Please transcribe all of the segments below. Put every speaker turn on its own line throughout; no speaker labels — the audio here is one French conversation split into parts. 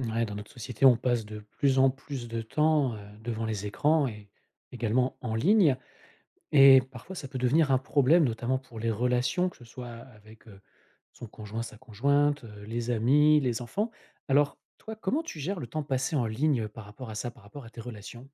Ouais, dans notre société, on passe de plus en plus de temps, devant les écrans et également en ligne et parfois ça peut devenir un problème, notamment pour les relations, que ce soit avec, son conjoint, sa conjointe, les amis, les enfants. Alors toi, comment tu gères le temps passé en ligne par rapport à ça, par rapport à tes relations?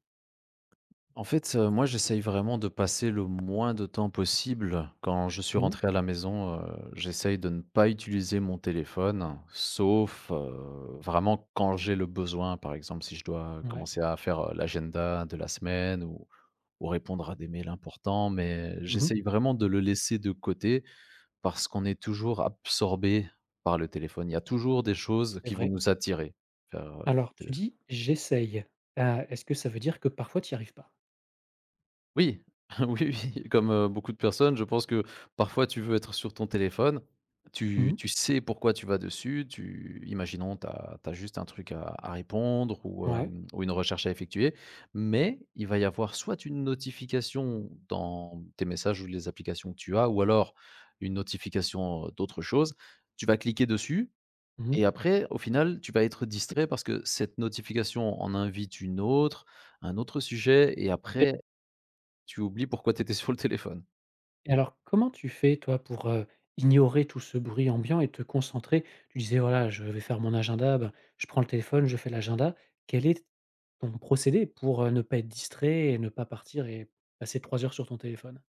En fait, moi, j'essaye vraiment de passer le moins de temps possible. Quand je suis
Mmh.
rentré à la maison, j'essaye de ne pas utiliser mon téléphone, sauf, vraiment quand j'ai le besoin. Par exemple, si je dois
Ouais.
commencer à faire, l'agenda de la semaine ou répondre à des mails importants, mais
Mmh.
j'essaye vraiment de le laisser de côté parce qu'on est toujours absorbé par le téléphone. Il y a toujours des choses
C'est
qui vont
vrai.
nous attirer vers, euh,
Alors tu dis: «J'essaye», est-ce que ça veut dire que parfois tu n'y arrives pas?
oui, oui, oui, comme, beaucoup de personnes, je pense que parfois tu veux être sur ton téléphone, tu
Mmh.
tu sais pourquoi tu vas dessus, tu imaginons tu as juste un truc à répondre
Ouais.
ou une recherche à effectuer, mais il va y avoir soit une notification dans tes messages ou les applications que tu as ou alors une notification, d'autre chose. Tu vas cliquer dessus
Mmh.
et après au final, tu vas être distrait parce que cette notification en invite une autre, un autre sujet et
Tout à fait.
après tu oublies pourquoi tu étais sur le téléphone.
Et alors, comment tu fais, toi, pour, ignorer tout ce bruit ambiant et te concentrer? Tu disais: «Voilà, je vais faire mon agenda, ben, je prends le téléphone, je fais l'agenda». Quel est ton procédé pour, ne pas être distrait et ne pas partir et passer 3 heures sur ton téléphone?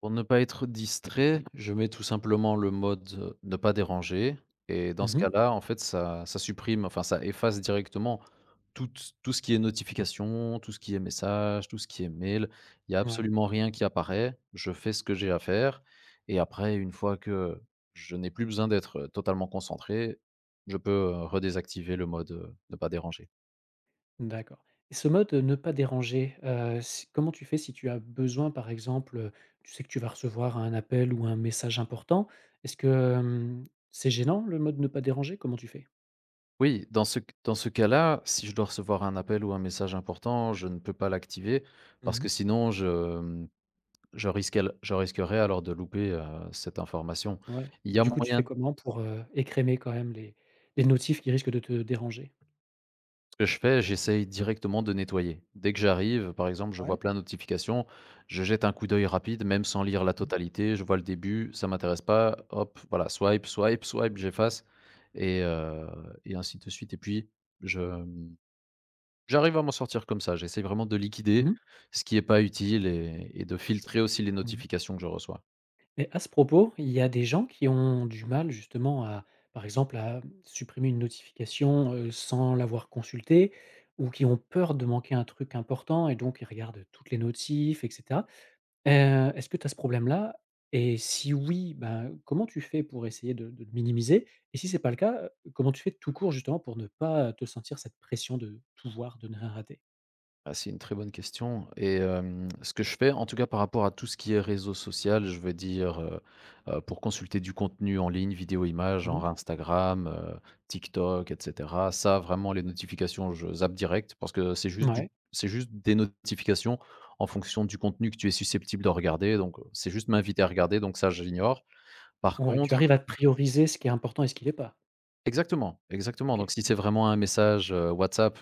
Pour ne pas être distrait, je mets tout simplement le mode, ne pas déranger et dans ce
Mmh.
cas-là, en fait, ça supprime, enfin, ça efface directement tout, tout ce qui est notification, tout ce qui est message, tout ce qui est mail. Il y a
Ouais,
absolument rien qui apparaît. Je fais ce que j'ai à faire et après une fois que je n'ai plus besoin d'être totalement concentré, je peux, redésactiver le mode, ne pas déranger.
d'accord. Et ce mode, ne pas déranger, si comment tu fais si tu as besoin, par exemple, tu sais que tu vas recevoir un appel ou un message important? Est-ce que, hem, c'est gênant le mode ne pas déranger? Comment tu fais?
Oui, dans ce cas-là, si je dois recevoir un appel ou un message important, je ne peux pas l'activer parce que
Mmh.
sinon je risquais je risquerais alors de louper, cette information.
Ouais.
Il y a
Du coup, tu
moyen.
fais comment pour, écrémer quand même les notifs qui risquent de te déranger?
Ce que je fais, j'essaye directement de nettoyer. Dès que j'arrive, par exemple, je vois
Ouais.
plein de notifications, je jette un coup d'œil rapide, même sans lire la
Mmh.
totalité, je vois le début, ça m'intéresse pas, hop, voilà, swipe, swipe, swipe, j'efface et heu et ainsi de suite et puis je j'arrive à m'en sortir comme ça. J'essaie vraiment de liquider
Mmh.
ce qui n'est pas utile et de filtrer aussi les
Moui.
notifications que je reçois.
Et à ce propos, il y a des gens qui ont du mal justement à, par exemple, à supprimer une notification, sans l'avoir consultée ou qui ont peur de manquer un truc important et donc ils regardent toutes les notifs et cetera. Est-ce que tu as ce problème-là? Et si oui, ben comment tu fais pour essayer de le minimiser? Et si c'est pas le cas, comment tu fais tout court justement pour ne pas te sentir cette pression de tout voir, de ne rien rater?
Ah, c'est une très bonne question ce que je fais, en tout cas par rapport à tout ce qui est réseau social, je veux dire, pour consulter du contenu en ligne, vidéo, image,
Mmh mh.
genre Instagram, TikTok et cetera. Ça, vraiment, les notifications, je zappe direct parce que
Ouais.
c'est juste des notifications en fonction du contenu que tu es susceptible de regarder, donc c'est juste m'inviter à
Mmh.
regarder donc ça, je l'ignore. Par
Ouais, tu arrives
contre,
à prioriser ce qui est important et ce qui l'est pas.
Exactement, exactement. Donc
OK.
si c'est vraiment un message, WhatsApp,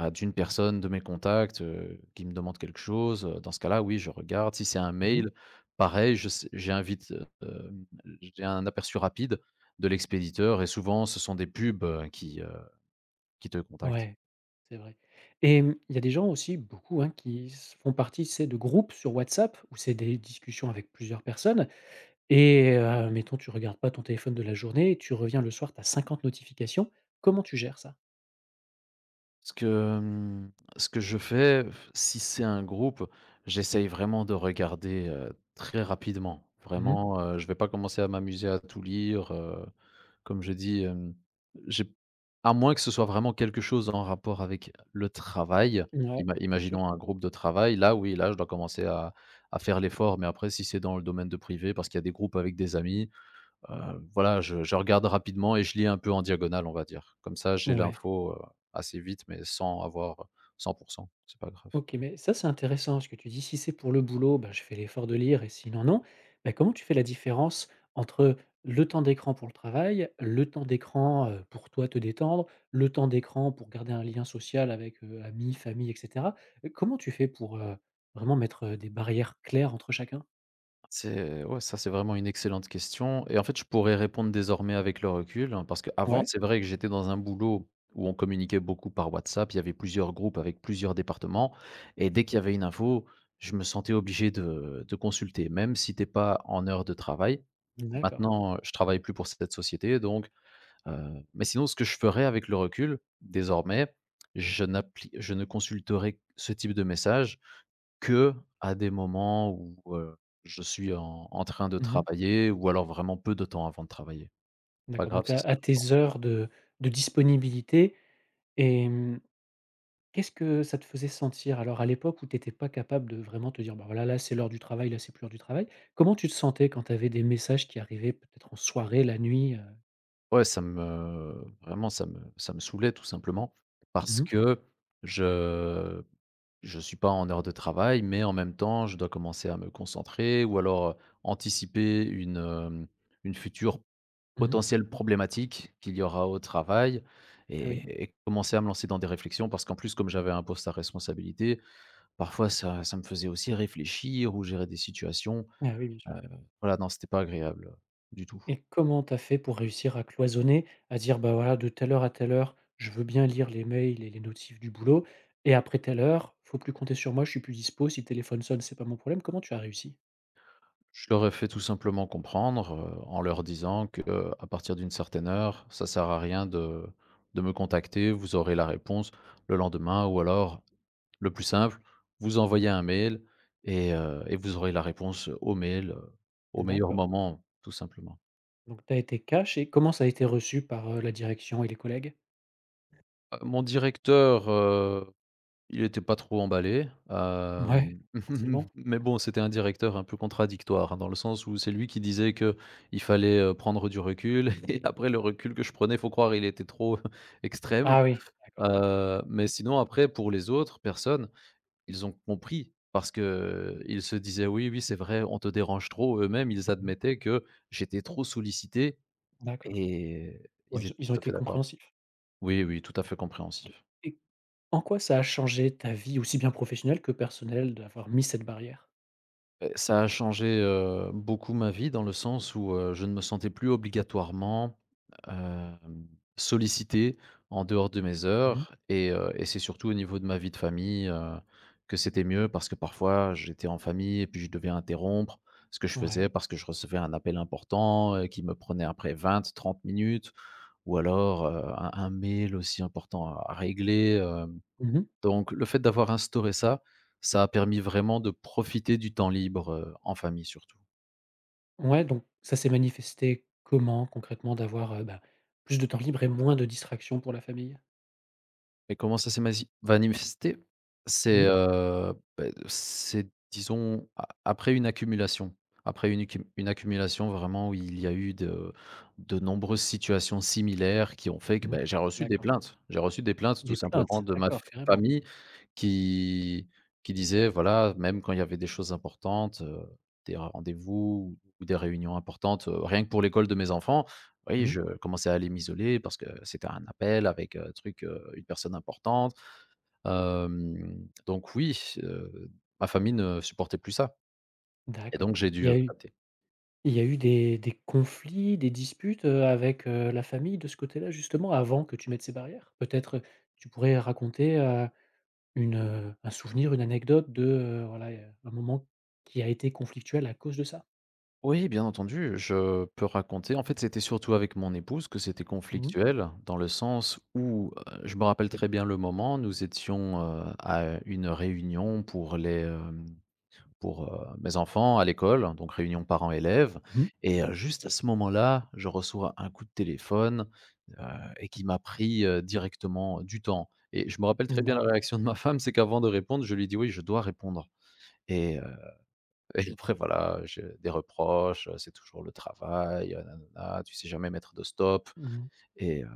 d'une personne de mes contacts, qui me demande quelque chose, dans ce cas-là, oui, je regarde. Si c'est un
Mmh mh.
mail, pareil, je sais j'ai un vite, hem, j'ai un aperçu rapide de l'expéditeur et souvent ce sont des pubs, qui te contactent.
Ouais, c'est vrai. Et il y a des gens aussi, beaucoup, hein, qui s font partie, tu sais, de groupes sur WhatsApp où c'est des discussions avec plusieurs personnes. Et mettons, tu regardes pas ton téléphone de la journée et tu reviens le soir, tu as 50 notifications. Comment tu gères ça?
Ce que, mmh, ce que je fais, si c'est un groupe, j'essaye vraiment de regarder, très rapidement.
Mmh mh.
Vraiment, je vais pas commencer à m'amuser à tout lire, comme je dis, hem, j'ai à moins que ce soit vraiment quelque chose en rapport avec le travail,
Bien
imaginons
sûr.
un groupe de travail, là oui, là je dois commencer à faire l'effort, mais après si c'est dans le domaine de privé parce qu'il y a des groupes avec des amis, voilà, je regarde rapidement et je lis un peu en diagonale, on va dire. Comme ça, j'ai
Ouais,
l'info, assez vite, mais sans avoir 100. C'est pas grave.
OK, mais ça, c'est intéressant ce que tu dis. Si c'est pour le boulot, bah, je fais l'effort de lire et sinon, non. Bah, comment tu fais la différence entre le temps d'écran pour le travail, le temps d'écran, pour toi te détendre, le temps d'écran pour garder un lien social avec, amis, famille, et cetera? Comment tu fais pour, vraiment mettre, des barrières claires entre chacun?
C'est Ouais, ça, c'est vraiment une excellente question et en fait, je pourrais répondre désormais avec le recul, hein, parce qu'avant,
Ouais.
c'est vrai que j'étais dans un boulot où on communiquait beaucoup par WhatsApp. Il y avait plusieurs groupes avec plusieurs départements et dès qu'il y avait une info, je me sentais obligé de consulter, même si t'es pas en heure de travail.
D'accord.
Maintenant, je travaille plus pour cette société, donc mais sinon ce que je ferais avec le recul, désormais, je ne consulterai ce type de message que à des moments où, je suis en train de
Mmh.
travailler ou alors vraiment peu de temps avant de travailler. Pas
D'accord,
grave
donc
si
à
ça
à
dépend.
tes heures de disponibilité et qu'est-ce que ça te faisait sentir alors à l'époque où tu étais pas capable de vraiment te dire: «Bah, voilà, là, c'est l'heure du travail, là, c'est plus l'heure du travail». Comment tu te sentais quand tu avais des messages qui arrivaient peut-être en soirée, la nuit?
Ouais, ça me vraiment ça me saoulait tout simplement
Mmh
parce
mh.
que je je suis pas en heure de travail, mais en même temps, je dois commencer à me concentrer ou alors, anticiper une, hem, une future
Mmh.
potentielles problématiques qu'il y aura au travail
Ah oui.
et commencer à me lancer dans des réflexions parce qu'en plus, comme j'avais un poste à responsabilité, parfois ça me faisait aussi réfléchir ou gérer des situations,
Ah oui, bien
heu,
sûr.
voilà, non, c'était pas agréable, du tout.
Et comment tu as fait pour réussir à cloisonner, à dire: «Bah, voilà, de telle heure à telle heure, je veux bien lire les mails et les notifs du boulot et après telle heure, faut plus compter sur moi, je suis plus dispo, si le téléphone sonne, c'est pas mon problème»? Comment tu as réussi?
Je leur ai fait tout simplement comprendre, en leur disant que à partir d'une certaine heure, ça sert à rien de me contacter, vous aurez la réponse le lendemain ou alors le plus simple, vous envoyez un mail et vous aurez la réponse au mail, au meilleur
D'accord.
moment, tout simplement.
Donc tu as été cash et comment ça a été reçu par, la direction et les collègues?
Mon directeur, il était pas trop emballé,
Ouais, forcément.
mais bon, c'était un directeur un peu contradictoire, hein, dans le sens où c'est lui qui disait que il fallait, prendre du recul et après le recul que je prenais, faut croire, il était trop extrême,
Ah oui, d'accord.
mais sinon après pour les autres personnes. Ils ont compris parce que ils se disaient: «Oui, oui, c'est vrai, on te dérange trop». Eux-mêmes, ils
Mmh,
admettaient que j'étais trop sollicité
d'accord.
et
Ouais,
ils
ils ont
étaient
ils ont
tout à
été
fait d'accord.
compréhensifs.
Oui, oui, tout à fait
OK.
compréhensif.
Et en quoi ça a changé ta vie, aussi bien professionnelle que personnelle, d'avoir mis cette barrière?
Beh, ça a changé, beaucoup ma vie dans le sens où, je ne me sentais plus obligatoirement, hem, sollicité en dehors de mes
Mmh mh.
heures et c'est surtout au niveau de ma vie de famille, que c'était mieux parce que parfois j'étais en famille et puis je devais interrompre ce que je faisais
Ouais.
parce que je recevais un appel important, qui me prenait après 20-30 minutes ou alors, un mail aussi important à régler, hem
Mmh mh.
donc le fait d'avoir instauré ça, ça a permis vraiment de profiter du temps libre, en famille surtout.
Ouais, donc ça s'est manifesté comment concrètement d'avoir, bah, plus de temps libre et moins de distractions pour la famille?
Et comment ça s'est masi va manifester?
Mmh
C'est,
mh.
beh, c'est, disons, a après une accumulation. Après une accumulation vraiment où il y a eu de nombreuses situations similaires qui ont fait que,
Mmh. Mh.
beh, j'ai reçu des
D'accord.
plaintes. J'ai reçu des plaintes tout
Des
simplement
plaintes?
de ma
D'accord, carrément.
famille qui qui disait voilà, même quand il y avait des choses importantes, des rendez-vous ou des réunions importantes, rien que pour l'école de mes enfants, oui,
Mmh. Mh.
je commençais à aller m'isoler parce que c'était un appel avec, une personne importante. Donc oui, ma famille ne supportait plus ça et
D'accord.
donc j'ai
Il
dû,
y a eu
adapter.
Il y a eu des conflits, des disputes, avec, la famille de ce côté-là justement avant que tu mettes ces barrières? Peut-être, tu pourrais raconter, une, un souvenir, une anecdote de, voilà, un moment qui a été conflictuel à cause de ça?
Oui, bien entendu, je peux raconter. En fait, c'était surtout avec mon épouse que c'était
Mmh mh.
conflictuel dans le sens où, je me rappelle très bien le moment, nous étions, à une réunion pour les, hem pour, mes enfants à l'école, donc réunion parents-élèves
Mmh.
juste à ce moment-là, je reçois un coup de téléphone, heu et qui m'a pris, directement du temps et je me rappelle très bien la
D'accord.
réaction de ma femme, c'est qu'avant de répondre, je lui dis: «Oui, je dois répondre» et heu et après voilà, je des reproches, «C'est toujours le travail, na tu sais jamais mettre de stop»
Mmh.
et heu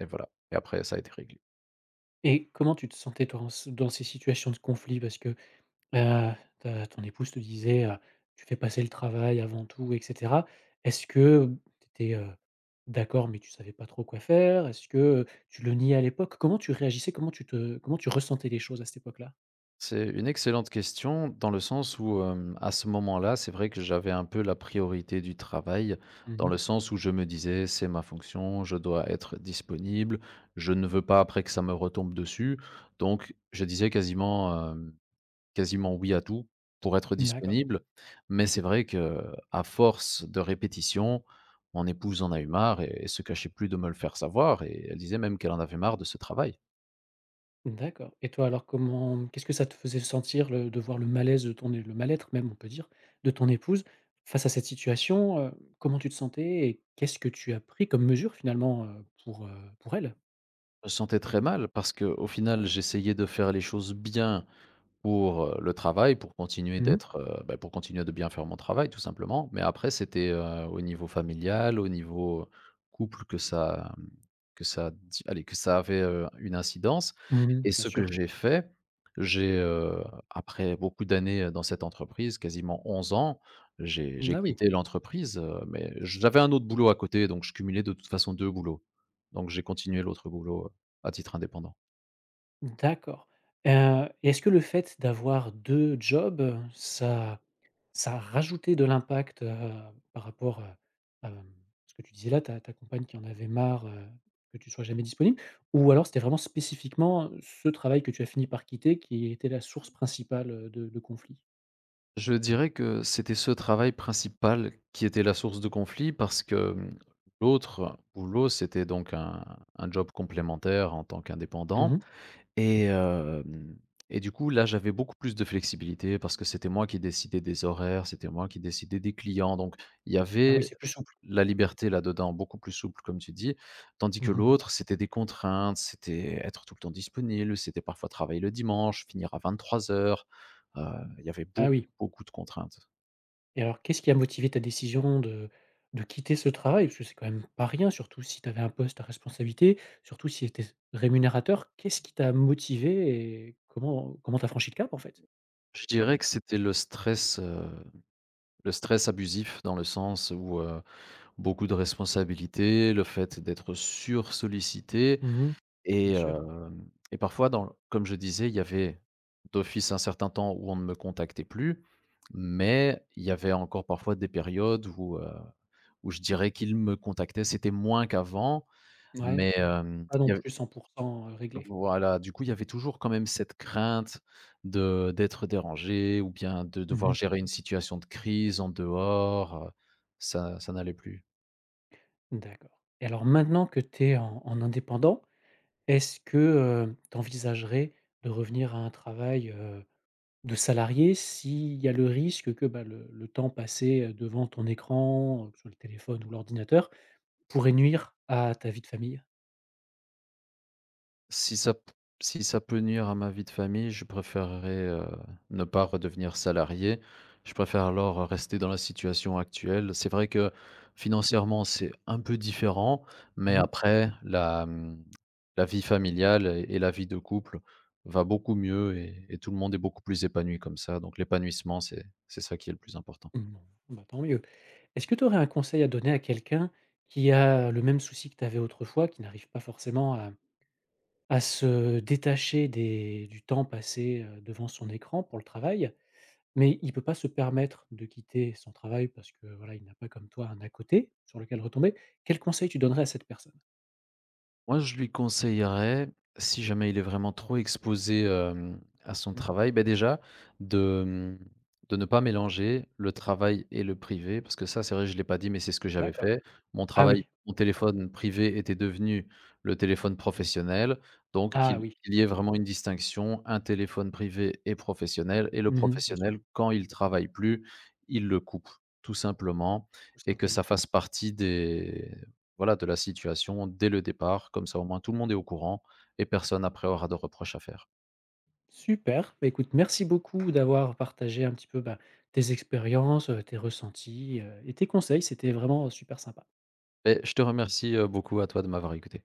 et voilà et après ça a été réglé.
Et comment tu te sentais toi en ce dans ces situations de conflit? Parce que, Heu, ta ton épouse te disait: «Tu fais passer le travail avant tout» et cetera. Est-ce que tu étais, d'accord, mais tu savais pas trop quoi faire? Est-ce que, tu le niais à l'époque? Comment tu réagissais? Comment tu ressentais les choses à cette époque-là?
C'est une excellente question dans le sens où, à ce moment-là, c'est vrai que j'avais un peu la priorité du travail, dans
Mmh.
le sens où je me disais: «C'est ma fonction, je dois être disponible, je ne veux pas après que ça me retombe dessus». Donc je disais quasiment, quasiment «oui» à tout pour être
D'accord.
disponible. Mais c'est vrai que à force de répétition, mon épouse en a eu marre et elle se cachait plus de me le faire savoir et elle disait même qu'elle en avait marre de ce travail.
D'accord et toi alors comment qu'est-ce que ça te faisait sentir le de voir le malaise de ton é le mal-être même on peut dire, de ton épouse face à cette situation? Comment tu te sentais et qu'est-ce que tu as pris comme mesure finalement, pour elle?
Je me sentais très mal parce que, au final, j'essayais de faire les choses bien, pour, le travail, pour continuer
Mmh mh.
d'être, bah, pour continuer de bien faire mon travail tout simplement. Mais après c'était, au niveau familial, au niveau couple que ça, mmh, que ça di allez, que ça avait, une incidence
Mmh.
et
Bien
ce que
sûr.
j'ai fait, j'ai, heu, après beaucoup d'années, dans cette entreprise, quasiment 11 ans, j'ai
Ah oui.
quitté l'entreprise, mais j'avais un autre boulot à côté donc je cumulais de toute façon 2 boulots. Donc j'ai continué l'autre boulot, à titre indépendant.
D'accord. Est-ce que le fait d'avoir 2 jobs, ça a rajouté de l'impact, par rapport, à, ce que tu disais là, ta compagne qui en avait marre, que tu sois jamais disponible? Ou alors c'était vraiment spécifiquement, ce travail que tu as fini par quitter qui était la source principale, de conflit?
Je dirais que c'était ce travail principal qui était la source de conflit parce que, l'autre boulot, c'était donc un job complémentaire en tant qu'indépendant
Mmh.
et hem et du coup, là, j'avais beaucoup plus de flexibilité parce que c'était moi qui décidais des horaires, c'était moi qui décidais des clients, donc il y
Ah oui,
avait
c'est plus souple.
la liberté là-dedans, beaucoup plus souple comme tu dis, tandis que
Mmh.
l'autre, c'était des contraintes, c'était être tout le temps disponible, c'était parfois travailler le dimanche, finir à 23:00, heu, il y avait
Ah
beaucoup,
oui.
beaucoup de contraintes.
Et alors, qu'est-ce qui a motivé ta décision de quitter ce travail? Parce que c'est quand même pas rien, surtout si tu avais un poste à responsabilité, surtout si c'était rémunérateur. Qu'est-ce qui t'a motivé et comment t'as franchi le cap, en fait?
Je dirais que c'était le stress abusif dans le sens où, beaucoup de responsabilités, le fait d'être sursollicité.
Mmh.
Et
Bien sûr.
hem et parfois dans comme je disais, il y avait d'office un certain temps où on ne me contactait plus, mais il y avait encore parfois des périodes où je dirais qu'ils me contactaient. C'était moins qu'avant,
Ouais.
mais
Pas
il
non
y avait,
plus 100 réglé.
voilà, du coup, il y avait toujours quand même cette crainte de d'être dérangé ou bien de devoir
Mmh.
gérer une situation de crise en dehors, ça n'allait plus.
D'accord. Et alors maintenant que tu es en indépendant, est-ce que, tu envisagerais de revenir à un travail, de salarié, s'il y a le risque que, bah, le temps passé, devant ton écran, que ce soit le téléphone ou l'ordinateur, pourrait nuire à ta vie de famille?
Si ça p Si ça peut nuire à ma vie de famille, je préférerais, ne pas redevenir salarié. Je préfère alors, rester dans la situation actuelle. C'est vrai que financièrement, c'est un peu différent, mais
Mmh.
après la vie familiale et la vie de couple va beaucoup mieux et tout le monde est beaucoup plus épanoui comme ça, donc l'épanouissement, c'est ça qui est le plus important.
Bon, bah, tant mieux. Est-ce que tu aurais un conseil à donner à quelqu'un qui a le même souci que tu avais autrefois, qui n'arrive pas forcément à se détacher des du temps passé, devant son écran pour le travail, mais il peut pas se permettre de quitter son travail parce que, voilà, il n'a pas comme toi un à côté sur lequel retomber. Quel conseil tu donnerais à cette personne?
Moi, je lui conseillerais, si jamais il est vraiment trop exposé, à son
Mmh,
travail, ben déjà de, mmh, de ne pas mélanger le travail et le privé parce que ça, c'est vrai, je ne l'ai pas dit, mais c'est ce que j'avais
d'accord.
fait.
Ah oui,
Mon
d'accord.
téléphone privé était devenu le téléphone professionnel, donc
Ah
qu'il
oui,
qu'il y ait
OK.
vraiment une distinction, un téléphone privé et professionnel et le
Mmh. Bien
professionnel,
sûr,
quand il travaille plus, il le coupe, tout simplement,
tout
et que ça
simplement.
fasse partie des, voilà, de la situation dès le départ, comme ça au moins tout le monde est au courant et personne après aura de reproches à faire.
Super, bah, écoute, merci beaucoup d'avoir partagé un petit peu, bah, tes expériences, tes ressentis, et tes conseils. C'était vraiment super sympa.
Et je te remercie, beaucoup à toi de m'avoir écouté.